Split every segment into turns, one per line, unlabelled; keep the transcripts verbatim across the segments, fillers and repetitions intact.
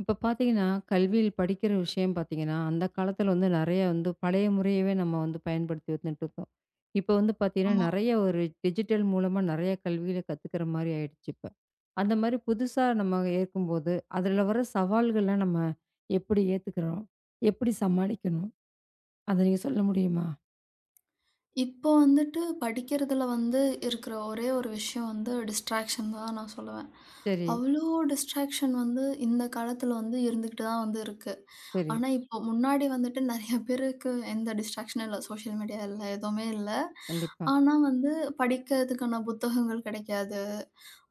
இப்ப பார்த்தீங்கன்னா, கல்வியில் படிக்கிற விஷயம் பார்த்தீங்கன்னா, அந்த காலத்துல வந்து நெறைய வந்து பழைய முறையவே நம்ம வந்து பயன்படுத்தி வந்துட்டுருக்கோம். இப்ப வந்து பார்த்தீங்கன்னா,
ஆமா.
நெறைய ஒரு டிஜிட்டல் மூலமா நெறைய கல்வியில கத்துக்கிற மாரி ஆயிடுச்சு இப்ப. அந்த மாரி புதுசா நம்ம ஏற்கும்போது, அதுல வர சவால்கள்லாம் நம்ம எப்படி ஏத்துக்கிறோம்? எப்படி சமாளிக்கணும்? அத நீங்க சொல்ல முடியுமா?
இப்போ வந்துட்டு படிக்கிறதுல வந்து இருக்கிற ஒரே ஒரு விஷயம் வந்து டிஸ்ட்ராக்ஷன் தான் நான் சொல்லுவேன்.
சரி,
அவ்ளோ டிஸ்ட்ராக்ஷன் வந்து இந்த காலத்துல வந்து இருந்துகிட்டு தான் வந்து இருக்கு.
சரி.
ஆனா, இப்போ முன்னாடி வந்துட்டு நெறைய பேருக்கு எந்த டிஸ்ட்ராக்ஷனும் இல்ல. சோசியல் மீடியா இல்ல, எதுவுமே இல்ல.
கண்டிப்பா,
ஆனா, வந்து படிக்கிறதுக்கான புத்தகங்கள் கிடைக்காது.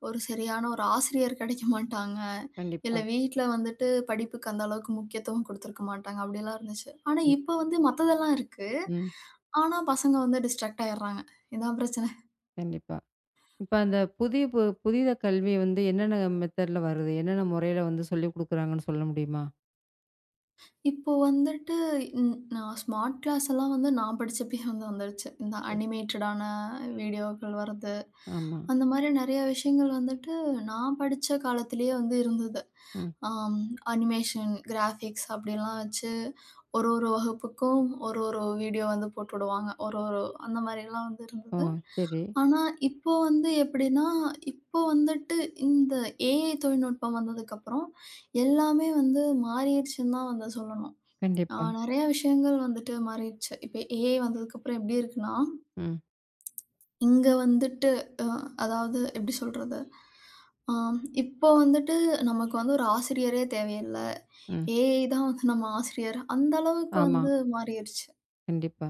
ஒரு சரியான ஒரு ஆசிரியர் கிடைக்க மாட்டாங்க.
கண்டிப்பா,
இல்ல வீட்ல வந்துட்டு படிப்புக்கு அந்த அளவுக்கு முக்கியத்துவம் குடுத்துருக்க மாட்டாங்க. அப்படிலாம் இருந்துச்சு. ஆனா
கண்டிப்பா.
இப்ப வந்து மத்ததெல்லாம் இருக்கு.
ம்.
ஆனா பசங்க வந்து டிஸ்ட்ராக்ட் ஆயிடுறாங்க. இதான் பிரச்சனை.
கண்டிப்பா. இப்ப அந்த புதிய பு புதித கல்வி வந்து என்னென்ன மெத்தட்ல வருது? என்னென்ன முறையில வந்து சொல்லிக் குடுக்குறாங்கன்னு சொல்ல முடியுமா?
இப்போ வந்துட்டு ம் நான் ஸ்மார்ட் கிளாஸ் எல்லாம் வந்து நான் படிச்சப்பயே வந்து வந்துருச்சு. இந்த
சரி.
அனிமேட்டடான வீடியோக்கள் வர்றது,
ஆமா.
அந்த மாரி நெறைய விஷயங்கள் வந்துட்டு நான் படிச்ச காலத்திலேயே வந்து இருந்தது.
ம்.
ஆம் அனிமேஷன், கிராஃபிக்ஸ் அப்படிலாம் வச்சு ஒரு ஒரு வகுப்புக்கும் ஒரு ஒரு வீடியோ வந்து போட்டுடுவாங்க. ஒரு ஒரு அந்த மாரிலாம் வந்து
ஓ!
இருந்தது.
சரி.
ஆனா, இப்போ வந்து எப்படின்னா, இப்போ வந்துட்டு இந்த ஏஐ தொழில்நுட்பம் வந்ததுக்கப்புறம், எல்லாமே வந்து மாறிருச்சுன்னு தான் வந்து சொல்லணும். அ
கண்டிப்பா.
நெறைய விஷயங்கள் வந்துட்டு மாறிருச்சு. இப்ப ஏஐ வந்ததுக்கப்புறம் எப்படி இருக்குன்னா,
ம்.
இங்க வந்துட்டு அ அதாவது எப்படி சொல்றது? அ இப்போ வந்துட்டு நமக்கு வந்து ஒரு ஆசிரியரே தேவையில்ல.
ம்.
ஏஐ தான் வந்து நம்ம ஆசிரியர். அந்த அளவுக்கு
ஆமா.
வந்து மாறிருச்சு.
கண்டிப்பா.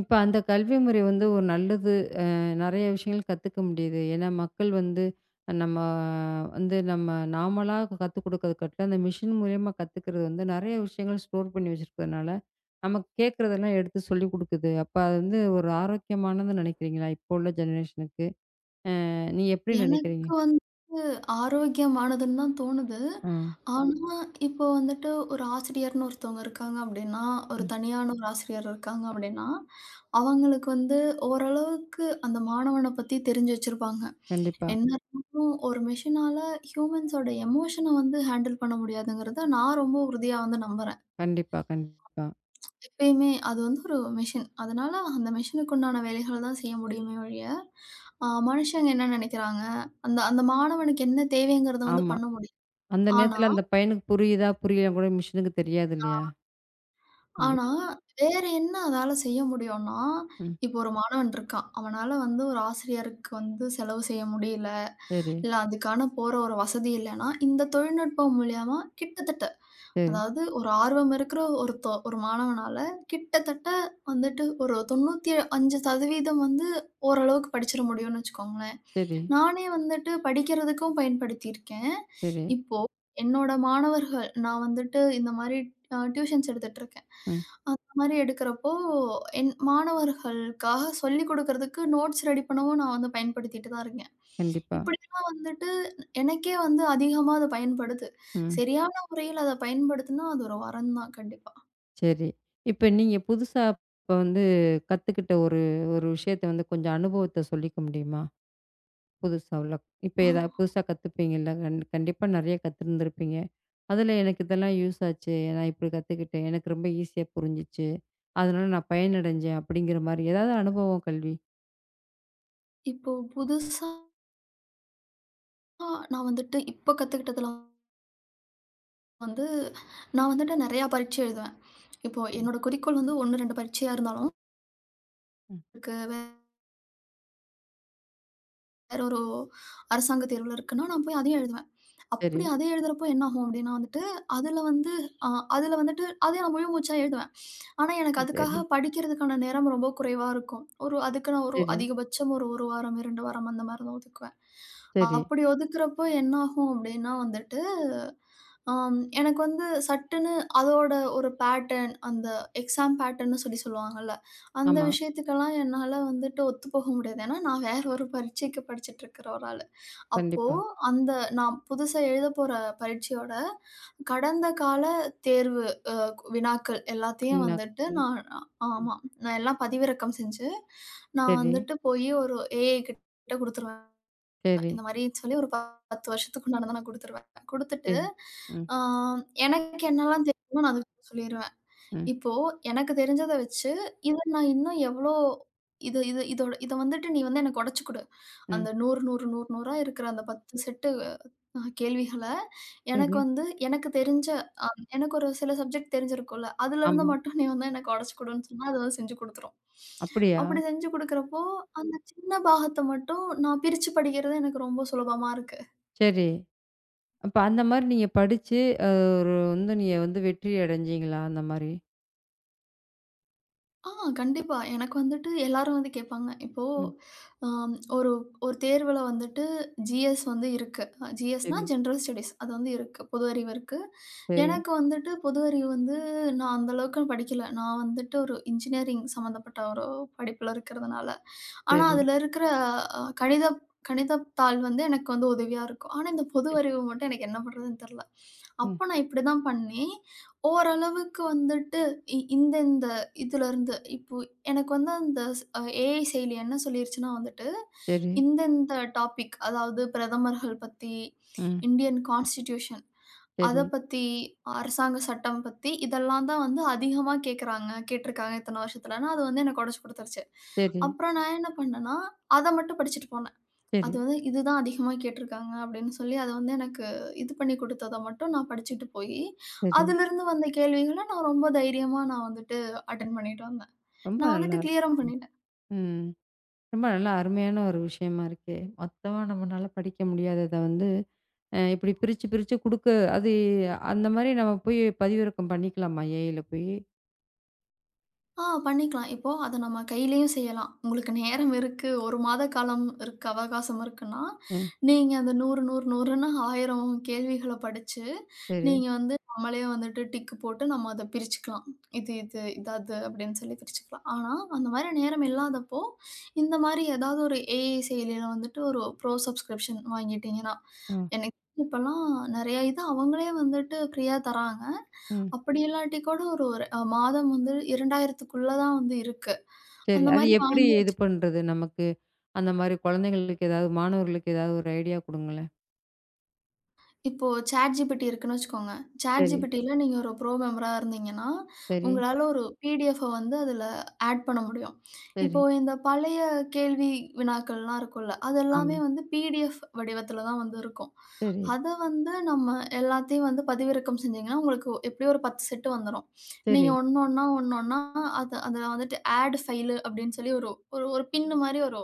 இப்ப அந்த கல்வி முறை வந்து ஒரு நல்லது. அ நெறைய விஷயங்கள் கத்துக்க முடியுது. ஏன்னா, மக்கள் வந்து நம்ம வந்து நம்ம நாமளா கத்துக் குடுக்கறது காட்டிலும், அந்த மிஷின் மூலியமா கத்துக்கிறது வந்து நெறைய விஷயங்கள் ஸ்டோர் பண்ணி வச்சிருக்கிறதுனால, நமக்கு கேட்கறதெல்லாம் எடுத்து சொல்லிக் குடுக்குது. அப்ப அது வந்து ஒரு ஆரோக்கியமானதுன்னு நெனைக்கிறீங்களா? இப்போ உள்ள ஜெனரேஷனுக்கு. அ நீங்க எப்படி நெனைக்கிறீங்க?
எனக்கு வந்து ஆரோக்கியமானதுன்னு தான் தோணுது. ம்.
ஆ.
ஆனா, இப்போ வந்துட்டு ஒரு ஆசிரியர்ன்னு ஒருத்தவங்க இருக்காங்க அப்டின்னா, ஒரு
ம்.
தனியான ஒரு ஆசிரியர் இருக்காங்க அப்டின்னா, அவங்களுக்கு வந்து ஓரளவுக்கு அந்த மாணவன பத்தி தெரிஞ்சு வச்சிருப்பாங்க.
கண்டிப்பா.
என்ன ம். இருந்தாலும் ஒரு மெஷினால ஹியூமன்ஸோட எமோஷன வந்து ஹேண்டில் பண்ண முடியாதுங்கிறத நான் ரொம்ப உறுதியா வந்து நம்புறேன்.
கண்டிப்பா, கண்டிப்பா.
எப்பயுமே அது வந்து ஒரு மெஷின். அதனால அந்த மெஷினுக்கு உண்டான வேலைகள தான் செய்ய முடியுமே ஒழிய, அ மனுஷங்க என்ன நெனைக்கிறாங்க, அந்த அந்த மாணவனுக்கு என்ன தேவைங்கிறத வந்து
ஆமா.
பண்ண முடியும்.
அந்த
ஆனா
நேரத்துல அந்த பையனுக்கு புரியுதா? புரியலையான்னு கூட மிஷினுக்கு தெரியாது இல்லையா? இல்ல.
ஆனா வேற என்ன அதால செய்ய முடியும்னா,
ம்.
இப்போ ஒரு மாணவன் இருக்கான். அவனால வந்து ஒரு ஆசிரியருக்கு வந்து செலவு செய்ய முடியல,
சரி,
இல்ல அதுக்கான போற ஒரு வசதி இல்லன்னா, இந்த தொழில்நுட்பம் மூலியமா கிட்டத்தட்ட
சரி,
அதாவது ஒரு ஆர்வம் இருக்கிற ஒருத்த ஒரு மாணவனால கிட்டத்தட்ட வந்துட்டு ஒரு தொண்ணூற்று ஐந்து சதவீதம் வந்து ஓரளவுக்கு படிச்சிட முடியும்னு வச்சுக்கோங்களேன்.
சரி,
நானே வந்துட்டு படிக்கிறதுக்கும் பயன்படுத்தியிருக்கேன்.
சரி.
இப்போ என்னோட மாணவர்கள் நான் வந்துட்டு இந்த மாரி அ டியூஷன்ஸ் எடுத்துட்டுருக்கேன்.
ம்.
அந்த மாரி எடுக்கிறப்போ, என் மாணவர்களுக்காக சொல்லிக் குடுக்கறதுக்கு நோட்ஸ் ரெடி பண்ணவும் நான் வந்து பயன்படுத்திட்டு தான் இருக்கேன்.
கண்டிப்பா.
இப்படிலாம் வந்துட்டு எனக்கே வந்து அதிகமா அது பயன்படுது.
ம்.
சரியா முறையில அத பயன்படுத்துனா, அது ஒரு வரம் தான் கண்டிப்பா.
சரி. இப்ப நீங்க புதுசா இப்ப வந்து கத்துக்கிட்ட ஒரு ஒரு விஷயத்த வந்து கொஞ்சம் அனுபவத்த சொல்லிக்க முடியுமா? புதுசா உள்ள இப்ப
ஆ
ஏதா புதுசா கத்துப்பீங்கல்ல. கண் கண்டிப்பா நெறைய கத்துருந்துருப்பீங்க. அதுல எனக்கு இதெல்லாம் யூஸ் ஆச்சு. நான் இப்படி கத்துக்கிட்டேன். எனக்கு ரொம்ப ஈஸியா புரிஞ்சுச்சு. அதனால நான் பயனடைஞ்சேன் அப்படிங்கிற மாரி ஏதாவது அனுபவம் கல்வி?
இப்போ புதுசா நான் வந்துட்டு இப்ப கத்துக்கிட்டதுல வந்து, நான் வந்துட்டு நெறையா பரீட்சை எழுதுவேன். இப்போ
ம்.
என்னோட குறிக்கோள் வந்து ஒன்று, இரண்டு பரீட்சையா இருந்தாலும்,
ம்.
எனக்கு வேற ஒரு அரசாங்க தேர்வுல இருக்குன்னா, நான் போய் அதையும் எழுதுவேன்.
சரி,
அப்படி அதே எழுதுறப்போ என்னாகும் அப்படின்னா வந்துட்டு, அதில வந்து அ அதில வந்துட்டு அதே நான் முழு மூச்சா எழுதுவேன். ஆனா, எனக்கு
சரி,
அதுக்காக படிக்கிறதுக்கான நேரம் ரொம்ப குறைவா இருக்கும். ஒரு அதுக்கு நான் ஒரு
சரி,
அதிகபட்சம் ஒரு 1 வாரம், இரண்டு வாரம் அந்த மாரி தான் ஒதுக்குவேன்.
சரி.
அப்படி ஒதுக்குறப்போ என்னாகும் அப்படின்னா வந்துட்டு, ஆம் எனக்கு வந்து சட்டுன்னு அதோட ஒரு பேட்டர்ன் அந்த எக்ஸாம் பேட்டர்ன்னு சொல்லி சொல்லுவாங்கல்ல, அந்த
ஆமா.
விஷயத்துக்கெல்லாம் என்னால வந்துட்டு ஒத்துப்போக முடியாது. ஏன்னா, நான் வேற ஒரு பரீட்சைக்கு படிச்சுட்டு இருக்கிற ஒரு ஆளு. அப்போ
கண்டிப்பா.
அந்த நான் புதுசா எழுதப்போற பரீட்சையோட கடந்த கால தேர்வு அ வினாக்கள் எல்லாத்தையும் வந்துட்டு
பின்னாட்கள்.
நான்
ம்.
ஆமா. நான் எல்லாம் பதிவிறக்கம் செஞ்சு, நான்
சரி,
வந்துட்டு போயி ஒரு ஏஐ கிட்ட குடுத்துருவேன்.
சரி,
இந்த மாரி சொல்லி ஒரு பத்து வருஷத்துக்கு முன்னாடி நான் குடுத்துருவேன். குடுத்துட்டு,
சரி. ம்,
ஆ எனக்கு என்னலாம் தெரியுமோ நான் அதுக்கு சொல்லிருவேன்.
ம்,
இப்போ எனக்கு தெரிஞ்சத வச்சு, இத நான் இன்னும் எவ்ளோ இது இது இதோட இத வந்துட்டு நீ வந்து எனக்கு உடைச்சு குடு.
ம்.
அந்த நூறு, நூறு, நூறு, நூறு இருக்கிற அந்த பத்து செட்டு அ கேள்விகள, எனக்கு
சரி.
வந்து எனக்கு தெரிஞ்ச எனக்கு ஒரு சில சப்ஜெக்ட் தெரிஞ்சிருக்கும்ல, அதுலருந்து
ஆமா.
மட்டும் நீ வந்து எனக்கு உடைச்சு குடுன்னு சொன்னா, அது வந்து செஞ்சு குடுத்துரும்.
அப்படியா?
அப்படி செஞ்சு குடுக்குறப்போ, அந்த சின்ன பாகத்த மட்டும் நான் பிரிச்சு படிக்கிறது எனக்கு ரொம்ப சுலபமா இருக்கு.
சரி. அப்ப அந்த மாரி நீங்க படிச்சு, அ ஒரு வந்து நீங்க வந்து வெற்றி அடைஞ்சீங்களா? அந்த மாரி.
ஆ, கண்டிப்பா. எனக்கு வந்துட்டு எல்லாரும் வந்து கேட்பாங்க. இப்போ
ம்.
அம் ஒரு ஒரு தேர்வுல வந்துட்டு ஜிஎஸ் வந்து இருக்கு. ஜிஎஸ்னா
சரி,
ஜெனரல் ஸ்டடீஸ் அது வந்து இருக்கு. பொது அறிவு இருக்கு.
சரி,
எனக்கு வந்துட்டு பொது அறிவு வந்து நான் அந்த அளவுக்கு படிக்கல. நான் வந்துட்டு ஒரு இன்ஜினியரிங் சம்மந்தப்பட்ட ஒரு படிப்புல இருக்கிறதுனால, ஆனா
சரி,
அதுல இருக்கிற அ கணிதம் கணிதத்தாள் வந்து எனக்கு வந்து உதவியா இருக்கும். ஆனா இந்த பொது
சரி.
அறிவு மட்டும் எனக்கு என்ன பண்றதுன்னு தெரியல.
ம்.
அப்ப நான் இப்படிதான் பண்ணேன். ஓரளவுக்கு வந்துட்டு இ இந்த இந்த இதுலருந்து இப்போ எனக்கு வந்து அந்த ஸ் ஏஐ செயலி என்ன சொல்லிருச்சுன்னா வந்துட்டு,
சரி.
இந்த இந்த டாபிக் அதாவது பிரதமர்கள் பத்தி,
ம்.
இந்தியன் கான்ஸ்டிடியூஷன் அத
சரி,
பத்தி, அரசாங்க சட்டம் பத்தி இதெல்லாம் தான் வந்து அதிகமா கேட்குறாங்க. கேட்டிருக்காங்க இத்தன வருஷத்துலன்னு அது வந்து எனக்கு உடைச்சு குடுத்துருச்சு.
சரி,
அப்புறம் நான் என்ன பண்ணேன்னா, அத மட்டும் படிச்சுட்டு போனேன்.
சரி,
அது வந்து இதுதான் அதிகமா கேட்டிருக்காங்க அப்படின்னு சொல்லி அத வந்து எனக்கு இது பண்ணி குடுத்தத மட்டும் நான் படிச்சுட்டு போயி,
சரி.
அதிலிருந்து வந்த கேள்விகள நான் ரொம்ப தைரியமா நான் வந்துட்டு அட்டெண்ட் பண்ணிட்டு வந்தேன்.
ரொம்ப
நான்
நல்லா
வந்துட்டு
இருக்கு.
கிளியரும் பண்ணிட்டேன்.
ம். ரொம்ப நல்லா அருமையான ஒரு விஷயமா இருக்கே. மொத்தமா நம்மனால படிக்க முடியாதத வந்து, அ இப்படி பிரிச்சு, பிரிச்சு குடுக்க அது அந்த மாரி நம்ம போய் பதிவிறக்கம் பண்ணிக்கலாமா? ஏஐல போயி?
ஆ, பண்ணிக்கலாம். இப்போ அத நம்ம கையிலயும் செய்யலாம். உங்களுக்கு நேரம் இருக்கு. ஒரு மாத காலம் இருக்கு, அவகாசம் இருக்குன்னா,
ம்.
நீங்க அந்த நூறு, நூறு, 100ன்னு ஆயிரம் கேள்விகள படிச்சு,
சரி.
நீங்க வந்து நம்மளே வந்துட்டு டிக் போட்டு நம்ம அத பிரிச்சுக்கலாம். இது இது, இது அது அப்படின்னு சொல்லி பிரிச்சுக்கலாம். ஆனா, அந்த மாரி நேரம் இல்லாதப்போ, இந்த மாரி ஏதாவது ஒரு ஏஐ செயலியில வந்துட்டு ஒரு ப்ரோ சப்ஸ்கிரிப்ஷன் வாங்கிட்டீங்கன்னா,
ம்.
எனக்கு இப்பலாம் நெறைய இது அவங்களே வந்துட்டு ஃப்ரீயா தராங்க.
ம்.
அப்படி இல்லாட்டி கூட ஒரு ஒரு அ மாதம் வந்து இரண்டாயிரத்துக்குள்ள தான் வந்து இருக்கு.
சரி.
அந்த
அது
மாரி
எப்படி
வாங்கி
இது
வச்சு
பண்றது நமக்கு? அந்த மாரி குழந்தைங்களுக்கு ஏதாவது மாணவர்களுக்கு ஏதாவது ஒரு ஐடியா குடுங்களேன்.
இப்போ ChatGPT இருக்குன்னு வச்சுக்கோங்க.
சரி,
ChatGPTல நீங்க ஒரு ப்ரோ மெம்பரா இருந்தீங்கன்னா,
சரி,
உங்களால ஒரு பிடிஎஃப்ப வந்து அதுல ஆட் பண்ண முடியும்.
சரி.
இப்போ இந்த பழைய கேள்வி வினாக்கள்லாம் இருக்கும்ல, அது
ஆமா.
எல்லாமே வந்து பிடிஎஃப் வடிவத்துல தான் வந்து இருக்கும்.
சரி,
அத வந்து நம்ம எல்லாத்தையும் வந்து பதிவிறக்கம் செஞ்சீங்கன்னா, உங்களுக்கு எப்படியும் ஒரு பத்து செட்டு வந்துரும்.
சரி,
நீங்க ஒண்ணு ஒண்ணா, ஒண்ணு ஒண்ணா அது அதுல வந்துட்டு ஆட் ஃபைலு அப்படின்னு சொல்லி ஒரு ஒரு ஒரு பின்னு மாரி ஒரு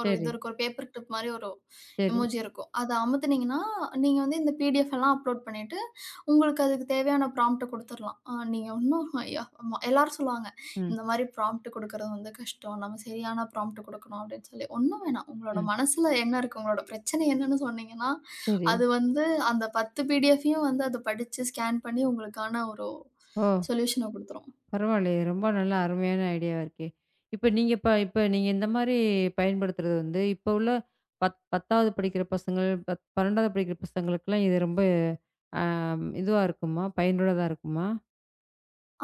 ஒரு இது
சரி,
இருக்கும். ஒரு பேப்பர் கிளிப் மாரி ஒரு
சரி.
எமோஜி இருக்கும். அத அமுத்துனீங்கன்னா, நீங்க வந்து இந்த பிடிஎஃப் எல்லாம் அப்லோட் பண்ணிட்டு, உங்களுக்கு அதுக்கு தேவையான ப்ராம்ப்ட்ட குடுத்துறலாம். அ நீங்க இன்னும் ய ம எல்லாரும் சொல்லுவாங்க,
ம்,
"இந்த மாரி ப்ராம்ப்ட் குடுக்கறது வந்து கஷ்டம். நம்ம சரியான ப்ராம்ப்ட் குடுக்கணும்" அப்படின்னு சொல்லி. ஒண்ணும் வேணாம். உங்களோட
ம்.
மனசுல என்ன இருக்கு? உங்களோட பிரச்சனை என்னன்னு சொன்னீங்கன்னா,
சரி.
அது வந்து அந்த பத்து பிடிஎஃப்பையும் வந்து அது படிச்சு ஸ்கேன் பண்ணி உங்களுக்கான ஒரு
ஓ!
சொல்யூஷன குடுத்துரும்.
பரவாயில்லையே! ரொம்ப நல்லா அருமையான ஐடியாவா இருக்கே! இப்ப நீங்க இப்ப இப்ப நீங்க இந்த மாரி பயன்படுத்துறது வந்து, இப்ப உள்ள பத் 10வது படிக்கிற பசங்கள், பத் 12வது படிக்கிற பசங்களுக்கெல்லாம் இது ரொம்ப அ இதுவா இருக்குமா? பயனுள்ளதா இருக்குமா?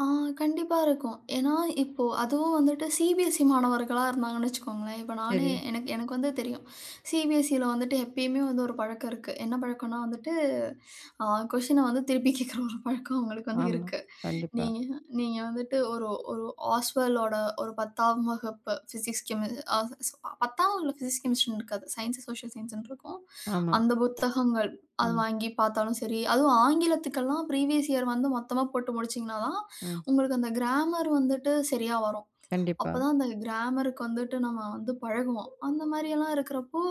ஆ, கண்டிப்பா இருக்கும். ஏன்னா, இப்போ அதுவும் வந்துட்டு சிபிஎஸ்இ மாணவர்களா இருந்தாங்கன்னு வச்சுக்கோங்களேன். இப்ப நானே
சரி.
எனக்கு எனக்கு வந்து தெரியும். சிபிஎஸ்இல வந்துட்டு எப்பயுமே வந்து ஒரு பழக்கம் இருக்கு. என்ன பழக்கம்னா வந்துட்டு, அ கொஸ்டின வந்து திருப்பி கேட்குற ஒரு பழக்கம் அவங்களுக்கு வந்து
ஆமா.
இருக்கு.
கண்டிப்பா.
நீங்க நீங்க வந்துட்டு ஒரு ஒரு ஆஸ்வெல்லோட ஒரு பத்தாம் வகுப்பு ஃபிசிக்ஸ் கெமி அ பத்தாம் வகுப்புல ஃபிசிக்ஸ், கெமிஸ்ட்ரின்னு இருக்காது. சயன்ஸ், சோஷியல் சயன்ஸ்ன்னு இருக்கும்.
ஆமா.
அந்த புத்தகங்கள் அது
ம்,
வாங்கி பார்த்தாலும் சரி, அதுவும் ஆங்கிலத்துக்கெல்லாம் ப்ரீவியஸ் இயர் வந்து மொத்தமா போட்டு முடிச்சீங்கன்னா தான்,
ம்.
உங்களுக்கு அந்த கிராமர் வந்துட்டு சரியா வரும்.
கண்டிப்பா.
அப்பதான் அந்த கிராமருக்கு வந்துட்டு நம்ம வந்து பழகுவோம். அந்த மாரியெல்லாம் இருக்கிறப்போ,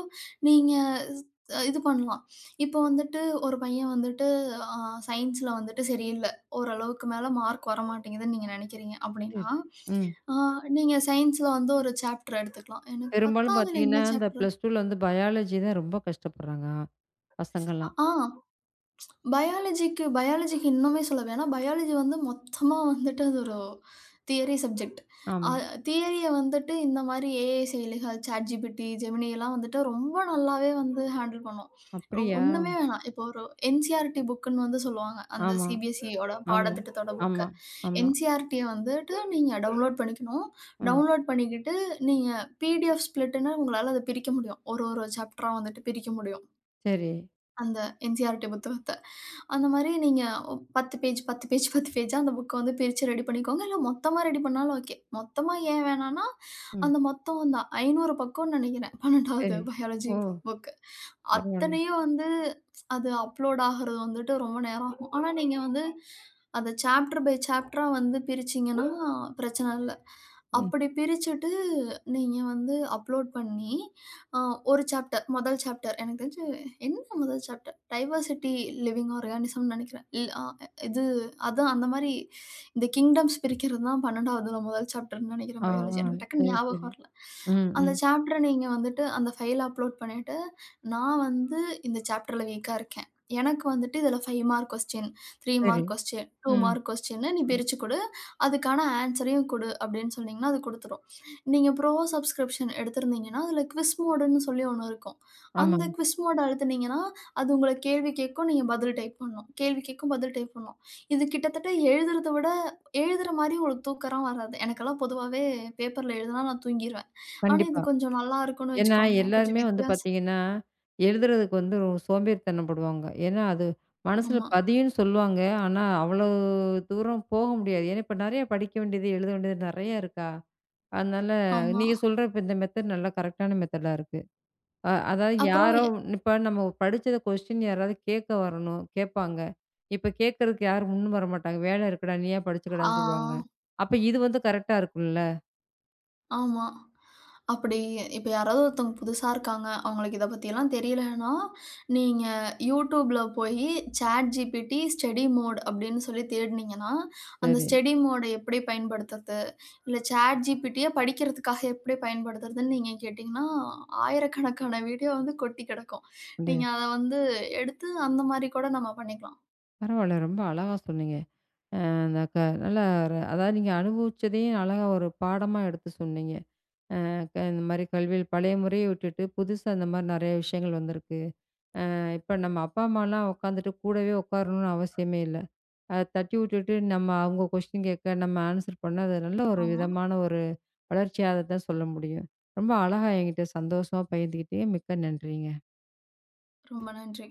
நீங்க ஸ் இது பண்ணலாம். இப்போ வந்துட்டு ஒரு பையன் வந்துட்டு அ சயின்ஸ்ல வந்துட்டு சரியில்ல. ஓரளவுக்கு மேல மார்க் வரமாட்டேங்குதுன்னு நீங்க நினைக்கிறீங்க
சரி.
அப்படின்னா,
ம்.
அ நீங்க சயின்ஸ்ல வந்து ஒரு சாப்டர் எடுத்துக்கலாம். எனக்கு
பெரும்பாலும்
பத்தாவதுல
பார்த்தீங்கன்னா,
என்ன
இந்த
சாப்டர்?
பிளஸ் டூல வந்து பயாலஜி தான் ரொம்ப கஷ்டப்படுறாங்க பசங்கள்லாம்.
ஆ, பயாலஜிக்கு பயாலஜிக்கு இன்னுமே சொல்ல வேணாம். பயாலஜி வந்து மொத்தமா வந்துட்டு அது ஒரு தியரி சப்ஜெக்ட். அ
ஆமா.
தியரிய வந்துட்டு இந்த மாரி ஏஐ செயலிகள், ChatGPT, Gemini எல்லாம் வந்துட்டு ரொம்ப நல்லாவே வந்து ஹேண்டில் பண்ணும். ரொ
அப்படியா?
ஒண்ணுமே வேணாம். இப்போ ஒரு என்சிஇஆர்டி புக்குன்னு வந்து சொல்லுவாங்க. அந்த
ஆமா,
சிபிஎஸ்இயோட
ஆமா,
பாடத்திட்டத்தோட
ஆமா,
புக்க.
ஆமா.
என்சிஇஆர்டிய வந்துட்டு நீங்க டவுன்லோட் பண்ணிக்கணும்.
ஆ.
டவுன்லோட் பண்ணிக்கிட்டு நீங்க பிடிஎஃப் ஸ்ப்ளிட்டுன்னு உங்களால அத பிரிக்க முடியும். ஒரு ஒரு சாப்டரா வந்துட்டு பிரிக்க முடியும்.
சரி.
அந்த என்சிஇஆர்டி புத்தகத்த. அந்த மாரி நீங்க பத்து பேஜ், பத்து பேஜ், பத்து பேஜா அந்த புக்க வந்து பிரிச்சு ரெடி பண்ணிக்கோங்க. இல்ல மொத்தமா ரெடி பண்ணாலும் ஓகே. மொத்தமா ஏன் வேணான்னா,
ம்.
அந்த மொத்தம் அந்த ஐநூறு பக்கம்னு நெனைக்கிறேன். பன்னிரண்டாவது
சரி.
பயாலஜி
ஓ!
புக்.
பரவாயில்லை.
அத்தனையும் வந்து அது அப்லோட் ஆகுறது வந்துட்டு ரொம்ப நேரம் ஆகும். ஆனா, நீங்க வந்து அத சாப்டர் பை சாப்டரா வந்து பிரிச்சீங்கன்னா பிரச்சனை இல்ல.
ம்.
அப்படி பிரிச்சுட்டு நீங்க வந்து அப்லோட் பண்ணி, அ ஒரு சாப்டர் முதல் சாப்டர் எனக்கு தெரிஞ்சு என்ன முதல் சாப்டர்? டைவர்சிட்டி லிவிங் ஆர்கானிசம்னு நெனைக்கிறேன். இல் அ இது அதான் அந்த மாரி இந்த கிங்டம்ஸ் பிரிக்கிறது தான் பன்னிரண்டாவதுல முதல் சாப்டர்ன்னு நெனைக்கிறேன்
ஆ,
பயாலஜி.
ஆ.
எனக்கு டக்குன்னு
சரி, சரி.
ஞாபகம் வரல.
ம்,
அந்த
ம்.
சாப்டர நீங்க வந்துட்டு அந்த ஃபைல அப்லோட் பண்ணிட்டு நான் வந்து இந்த சாப்டர்ல வீக்கா இருக்கேன். எனக்கு வந்துட்டு இதில ஐந்து மார்க் கொஸ்டின், மூன்று
சரி.
மார்க் கொஸ்டின், இரண்டு
ம்,
மார்க் கொஸ்டின்னு நீ
ம்.
பிரிச்சு குடு. அதுக்கான ஆன்ஸரையும் குடு அப்படின்னு சொன்னீங்கன்னா, அது குடுத்துரும். நீங்க ப்ரோ சப்ஸ்கிரிப்ஷன் எடுத்திருந்தீங்கன்னா, அதில குவிஸ் மோடுன்னு சொல்லி ஒண்ணு இருக்கும்.
ஆமா.
அந்த குவிஸ் மோட் அழுத்துனீங்கன்னா, அது உங்களுக்கு கேள்வி கேட்கும். நீங்க பதில் டைப் பண்ணணும். கேள்வி கேட்கும், பதில் டைப் பண்ணணும். இது கிட்டத்தட்ட எழுதுறத விட எழுதுற மாரி உங்களுக்கு தூக்கம்லாம் வராது. எனக்கெல்லாம் பொதுவாவே பேப்பர்ல எழுதுனா நான் தூங்கிருவேன். ஆனா,
கண்டிப்பா.
இது கொஞ்சம் நல்லா இருக்கும்னு
ஏன்னா,
வச்சுக்கோங்களேன். கொஞ்சம்
எல்லாருமே வந்து
வித்தியாசம்.
பார்த்தீங்கன்னா, எழுதுறதுக்கு வந்து ரொ சோம்பேறித்தனம் படுவாங்க. ஏன்னா, அது மனசுல
ஆமா.
பதியும்ன்னு சொல்லுவாங்க. ஆனா, அவ்வளோ தூரம் போக முடியாது. ஏன்னா, இப்ப நெறைய படிக்க வேண்டியது, எழுத வேண்டியது நெறைய இருக்கா? அதனால
ஆமா.
நீங்க சொல்ற இப்ப இந்த மெத்தட் நல்லா கரெக்ட்டான மெத்தடா இருக்கு. அ அதாவது
அப்புறம்
யாரோ
எ
இப்ப நம்ம படிச்சத கொஸ்டின் யாராவது கேட்க வரணும், கேட்பாங்க. இப்ப கேட்கறதுக்கு யாரும் முன்னும் வரமாட்டாங்க. "வேலை இருக்குடா, நீயா படிச்சுக்கடான்னு" சொல்லுவாங்க.
ஆ
அப்ப இது வந்து கரெக்ட்டா இருக்கும்ல.
ஆமா. அப்படி இப்ப யாராவது ஒருத்தவங்க புதுசா இருக்காங்க. அவங்களுக்கு இத பத்தியெல்லாம் தெரியலன்னா, நீங்க YouTubeல போயி ChatGPT ஸ்டடி மோட் அப்படின்னு சொல்லி தேடுனீங்கன்னா, அந்த
சரி.
ஸ்டடி மோட எப்படி பயன்படுத்துறது? இல்ல ChatGPTய படிக்கிறதுக்காக எப்படி பயன்படுத்துறதுன்னு நீங்க கேட்டீங்கன்னா, ஆயிரக்கணக்கான வீடியோ வந்து கொட்டி கிடக்கும். நீங்க அத வந்து எடுத்து அந்த மாரி கூட நம்ம பண்ணிக்கலாம்.
பரவால்ல. ரொம்ப அழகா சொன்னீங்க. அ அந்த க நல்லா ர அதாவது நீங்க அனுபவிச்சதையும் அழகா ஒரு பாடமா எடுத்து சொன்னீங்க. அ க இந்த மாரி கல்வியில் பழைய முறைய விட்டுட்டு, புதுசா இந்த மாரி நெறைய விஷயங்கள் வந்திருக்கு. அ இப்ப நம்ம அப்பா, அம்மாலாம் உட்காந்துட்டு கூடவே உட்காரணும்னு அவசியமே இல்ல. அத தட்டி விட்டுட்டு நம்ம அவங்க கொஸ்டின் கேட்க, நம்ம ஆன்சர் பண்ண, அது நல்ல ஒரு
ஆமா.
விதமான ஒரு வளர்ச்சியா அத தான் சொல்ல முடியும். ரொம்ப அழகா என்கிட்ட சந்தோஷமா பகிர்ந்துக்கிட்டீங்க. மிக்க நன்றிங்க.
ரொம்ப நன்றி.